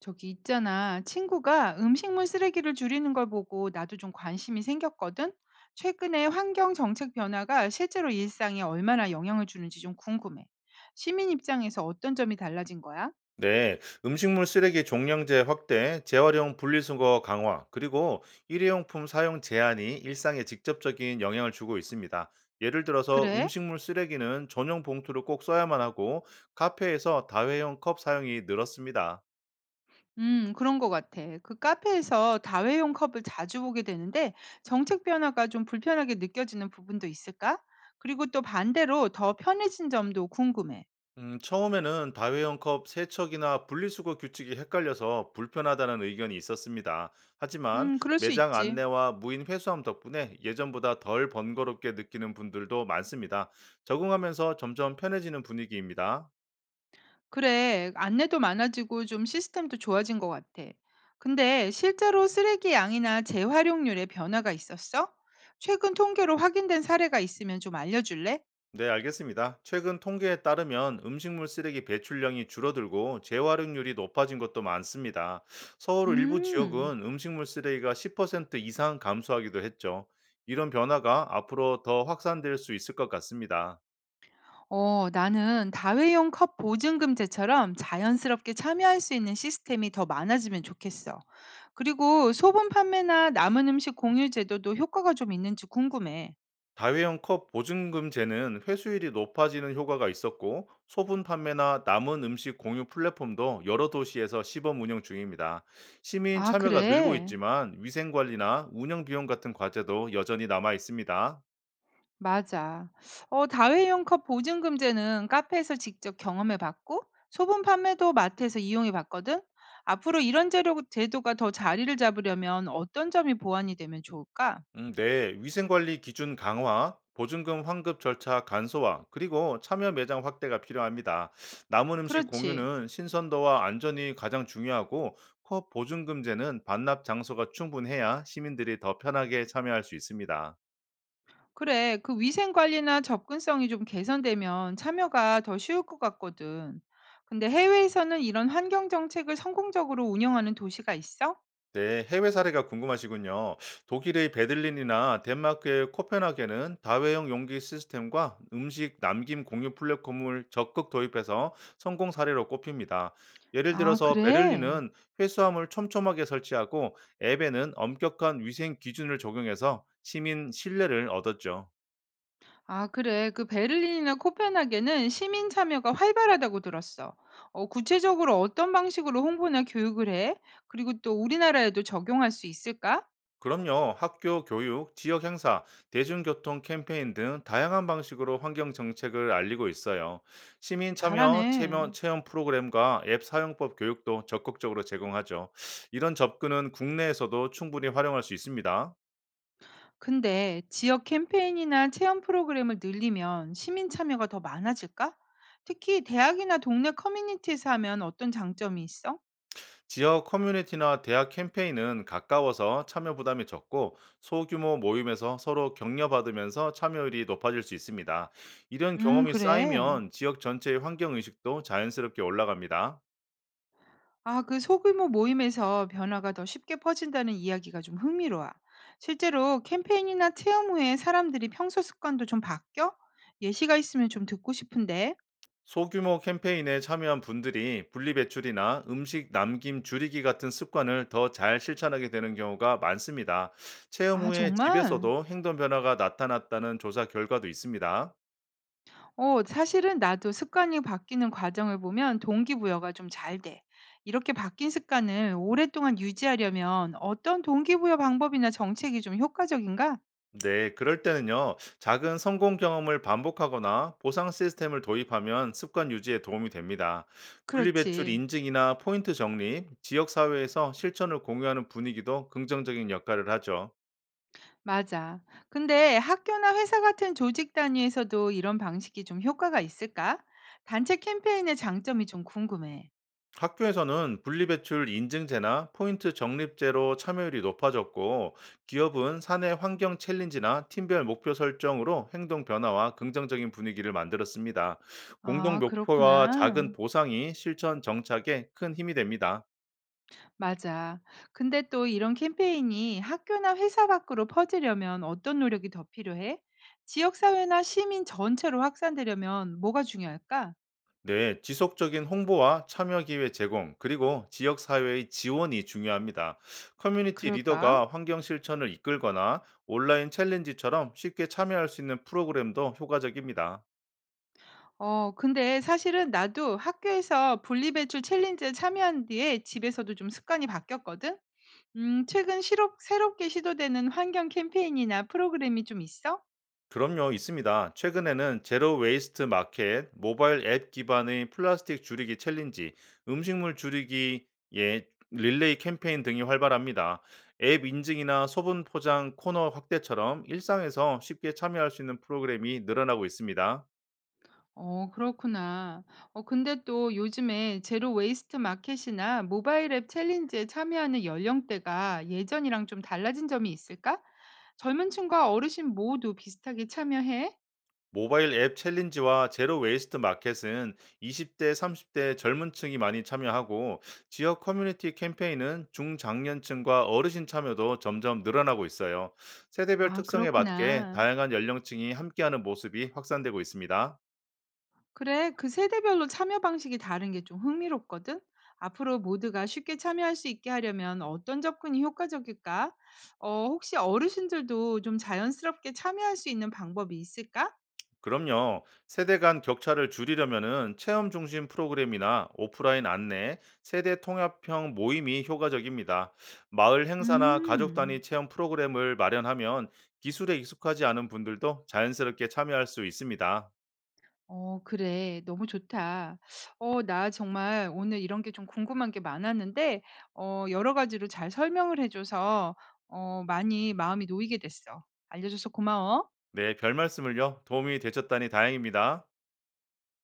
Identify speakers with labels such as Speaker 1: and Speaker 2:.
Speaker 1: 저기 있잖아. 친구가 음식물 쓰레기를 줄이는 걸 보고 나도 좀 관심이 생겼거든. 최근에 환경 정책 변화가 실제로 일상에 얼마나 영향을 주는지 좀 궁금해. 시민 입장에서 어떤 점이 달라진 거야?
Speaker 2: 네, 음식물 쓰레기 종량제 확대, 재활용 분리수거 강화, 그리고 일회용품 사용 제한이 일상에 직접적인 영향을 주고 있습니다. 예를 들어서
Speaker 1: 그래?
Speaker 2: 음식물 쓰레기는 전용 봉투를 꼭 써야만 하고 카페에서 다회용 컵 사용이 늘었습니다.
Speaker 1: 그런 거 같아. 그 카페에서 다회용 컵을 자주 보게 되는데 정책 변화가 좀 불편하게 느껴지는 부분도 있을까? 그리고 또 반대로 더 편해진 점도 궁금해.
Speaker 2: 처음에는 다회용 컵 세척이나 분리수거 규칙이 헷갈려서 불편하다는 의견이 있었습니다. 하지만
Speaker 1: 그럴 수
Speaker 2: 매장
Speaker 1: 있지.
Speaker 2: 안내와 무인 회수함 덕분에 예전보다 덜 번거롭게 느끼는 분들도 많습니다. 적응하면서 점점 편해지는 분위기입니다.
Speaker 1: 그래, 안내도 많아지고 좀 시스템도 좋아진 것 같아. 근데 실제로 쓰레기 양이나 재활용률에 변화가 있었어? 최근 통계로 확인된 사례가 있으면 좀 알려줄래?
Speaker 2: 네, 알겠습니다. 최근 통계에 따르면 음식물 쓰레기 배출량이 줄어들고 재활용률이 높아진 것도 많습니다. 서울 일부
Speaker 1: 음,
Speaker 2: 지역은 음식물 쓰레기가 10% 이상 감소하기도 했죠. 이런 변화가 앞으로 더 확산될 수 있을 것 같습니다.
Speaker 1: 나는 다회용 컵 보증금제처럼 자연스럽게 참여할 수 있는 시스템이 더 많아지면 좋겠어. 그리고 소분 판매나 남은 음식 공유 제도도 효과가 좀 있는지 궁금해.
Speaker 2: 다회용 컵 보증금제는 회수율이 높아지는 효과가 있었고 소분 판매나 남은 음식 공유 플랫폼도 여러 도시에서 시범 운영 중입니다. 시민
Speaker 1: 아,
Speaker 2: 참여가 늘고
Speaker 1: 그래?
Speaker 2: 있지만 위생 관리나 운영 비용 같은 과제도 여전히 남아 있습니다.
Speaker 1: 맞아. 다회용 컵 보증 금제는 카페에서 직접 경험해 봤고, 소분 판매도 마트에서 이용해 봤거든. 앞으로 이런 제도가 더 자리를 잡으려면 어떤 점이 보완이 되면 좋을까?
Speaker 2: 네, 위생관리 기준 강화, 보증금 환급 절차 간소화, 그리고 참여 매장 확대가 필요합니다. 남은 음식
Speaker 1: 그렇지.
Speaker 2: 공유는 신선도와 안전이 가장 중요하고, 컵 보증금제는 반납 장소가 충분해야 시민들이 더 편하게 참여할 수 있습니다.
Speaker 1: 그래. 그 위생 관리나 접근성이 좀 개선되면 참여가 더 쉬울 것 같거든. 근데 해외에서는 이런 환경 정책을 성공적으로 운영하는 도시가 있어?
Speaker 2: 네, 해외 사례가 궁금하시군요. 독일의 베들린이나 덴마크의 코펜하겐은 다회용 용기 시스템과 음식 남김 공유 플랫폼을 적극 도입해서 성공 사례로 꼽힙니다. 예를
Speaker 1: 아,
Speaker 2: 들어서
Speaker 1: 그래.
Speaker 2: 베를린은 회수함을 촘촘하게 설치하고 앱에는 엄격한 위생 기준을 적용해서 시민 신뢰를 얻었죠.
Speaker 1: 아, 그래. 그 베를린이나 코펜하겐은 시민 참여가 활발하다고 들었어. 구체적으로 어떤 방식으로 홍보나 교육을 해? 그리고 또 우리나라에도 적용할 수 있을까?
Speaker 2: 그럼요. 학교 교육, 지역 행사, 대중교통 캠페인 등 다양한 방식으로 환경 정책을 알리고 있어요. 시민 참여,
Speaker 1: 잘하네.
Speaker 2: 체험 프로그램과 앱 사용법 교육도 적극적으로 제공하죠. 이런 접근은 국내에서도 충분히 활용할 수 있습니다.
Speaker 1: 근데 지역 캠페인이나 체험 프로그램을 늘리면 시민 참여가 더 많아질까? 특히 대학이나 동네 커뮤니티에서 하면 어떤 장점이 있어?
Speaker 2: 지역 커뮤니티나 대학 캠페인은 가까워서 참여 부담이 적고 소규모 모임에서 서로 격려받으면서 참여율이 높아질 수 있습니다. 이런 경험이
Speaker 1: 그래.
Speaker 2: 쌓이면 지역 전체의 환경 의식도 자연스럽게 올라갑니다.
Speaker 1: 아, 그 소규모 모임에서 변화가 더 쉽게 퍼진다는 이야기가 좀 흥미로워. 실제로 캠페인이나 체험 후에 사람들이 평소 습관도 좀 바뀌어? 예시가 있으면 좀 듣고 싶은데.
Speaker 2: 소규모 캠페인에 참여한 분들이 분리배출이나 음식 남김 줄이기 같은 습관을 더 잘 실천하게 되는 경우가 많습니다. 체험
Speaker 1: 아,
Speaker 2: 후에
Speaker 1: 정말?
Speaker 2: 집에서도 행동 변화가 나타났다는 조사 결과도 있습니다.
Speaker 1: 사실은 나도 습관이 바뀌는 과정을 보면 동기부여가 좀 잘 돼. 이렇게 바뀐 습관을 오랫동안 유지하려면 어떤 동기부여 방법이나 정책이 좀 효과적인가?
Speaker 2: 네, 그럴 때는요, 작은 성공 경험을 반복하거나 보상 시스템을 도입하면 습관 유지에 도움이 됩니다. 분리배출
Speaker 1: 그렇지.
Speaker 2: 인증이나 포인트 정리, 지역사회에서 실천을 공유하는 분위기도 긍정적인 역할을 하죠.
Speaker 1: 맞아. 근데 학교나 회사 같은 조직 단위에서도 이런 방식이 좀 효과가 있을까? 단체 캠페인의 장점이 좀 궁금해.
Speaker 2: 학교에서는 분리배출 인증제나 포인트 적립제로 참여율이 높아졌고, 기업은 사내 환경 챌린지나 팀별 목표 설정으로 행동 변화와 긍정적인 분위기를 만들었습니다. 공동
Speaker 1: 아,
Speaker 2: 목표와 작은
Speaker 1: 그렇구나.
Speaker 2: 보상이 실천 정착에 큰 힘이 됩니다.
Speaker 1: 맞아. 근데 또 이런 캠페인이 학교나 회사 밖으로 퍼지려면 어떤 노력이 더 필요해? 지역사회나 시민 전체로 확산되려면 뭐가 중요할까?
Speaker 2: 네, 지속적인 홍보와 참여 기회 제공, 그리고 지역사회의 지원이 중요합니다. 커뮤니티
Speaker 1: 그럴까?
Speaker 2: 리더가 환경 실천을 이끌거나 온라인 챌린지처럼 쉽게 참여할 수 있는 프로그램도 효과적입니다.
Speaker 1: 근데 사실은 나도 학교에서 분리배출 챌린지에 참여한 뒤에 집에서도 좀 습관이 바뀌었거든? 최근 시롭 새롭게 시도되는 환경 캠페인이나 프로그램이 좀 있어?
Speaker 2: 그럼요, 있습니다. 최근에는 제로 웨이스트 마켓, 모바일 앱 기반의 플라스틱 줄이기 챌린지, 음식물 줄이기 예, 릴레이 캠페인 등이 활발합니다. 앱 인증이나 소분 포장 코너 확대처럼 일상에서 쉽게 참여할 수 있는 프로그램이 늘어나고 있습니다.
Speaker 1: 그렇구나. 근데 또 요즘에 제로 웨이스트 마켓이나 모바일 앱 챌린지에 참여하는 연령대가 예전이랑 좀 달라진 점이 있을까? 젊은 층과 어르신 모두 비슷하게 참여해?
Speaker 2: 모바일 앱 챌린지와 제로 웨이스트 마켓은 20대, 30대 젊은 층이 많이 참여하고 지역 커뮤니티 캠페인은 중장년층과 어르신 참여도 점점 늘어나고 있어요. 세대별
Speaker 1: 아
Speaker 2: 특성에 맞게
Speaker 1: 그렇구나.
Speaker 2: 다양한 연령층이 함께하는 모습이 확산되고 있습니다.
Speaker 1: 그래, 그 세대별로 참여 방식이 다른 게 좀 흥미롭거든? 앞으로 모두가 쉽게 참여할 수 있게 하려면 어떤 접근이 효과적일까? 혹시 어르신들도 좀 자연스럽게 참여할 수 있는 방법이 있을까?
Speaker 2: 그럼요. 세대 간 격차를 줄이려면은 체험 중심 프로그램이나 오프라인 안내, 세대 통합형 모임이 효과적입니다. 마을 행사나 가족 단위
Speaker 1: 음,
Speaker 2: 체험 프로그램을 마련하면 기술에 익숙하지 않은 분들도 자연스럽게 참여할 수 있습니다.
Speaker 1: 그래. 너무 좋다. 나 정말 오늘 이런 게 좀 궁금한 게 많았는데, 여러 가지로 잘 설명을 해줘서, 많이 마음이 놓이게 됐어. 알려줘서 고마워.
Speaker 2: 네, 별 말씀을요. 도움이 되셨다니 다행입니다.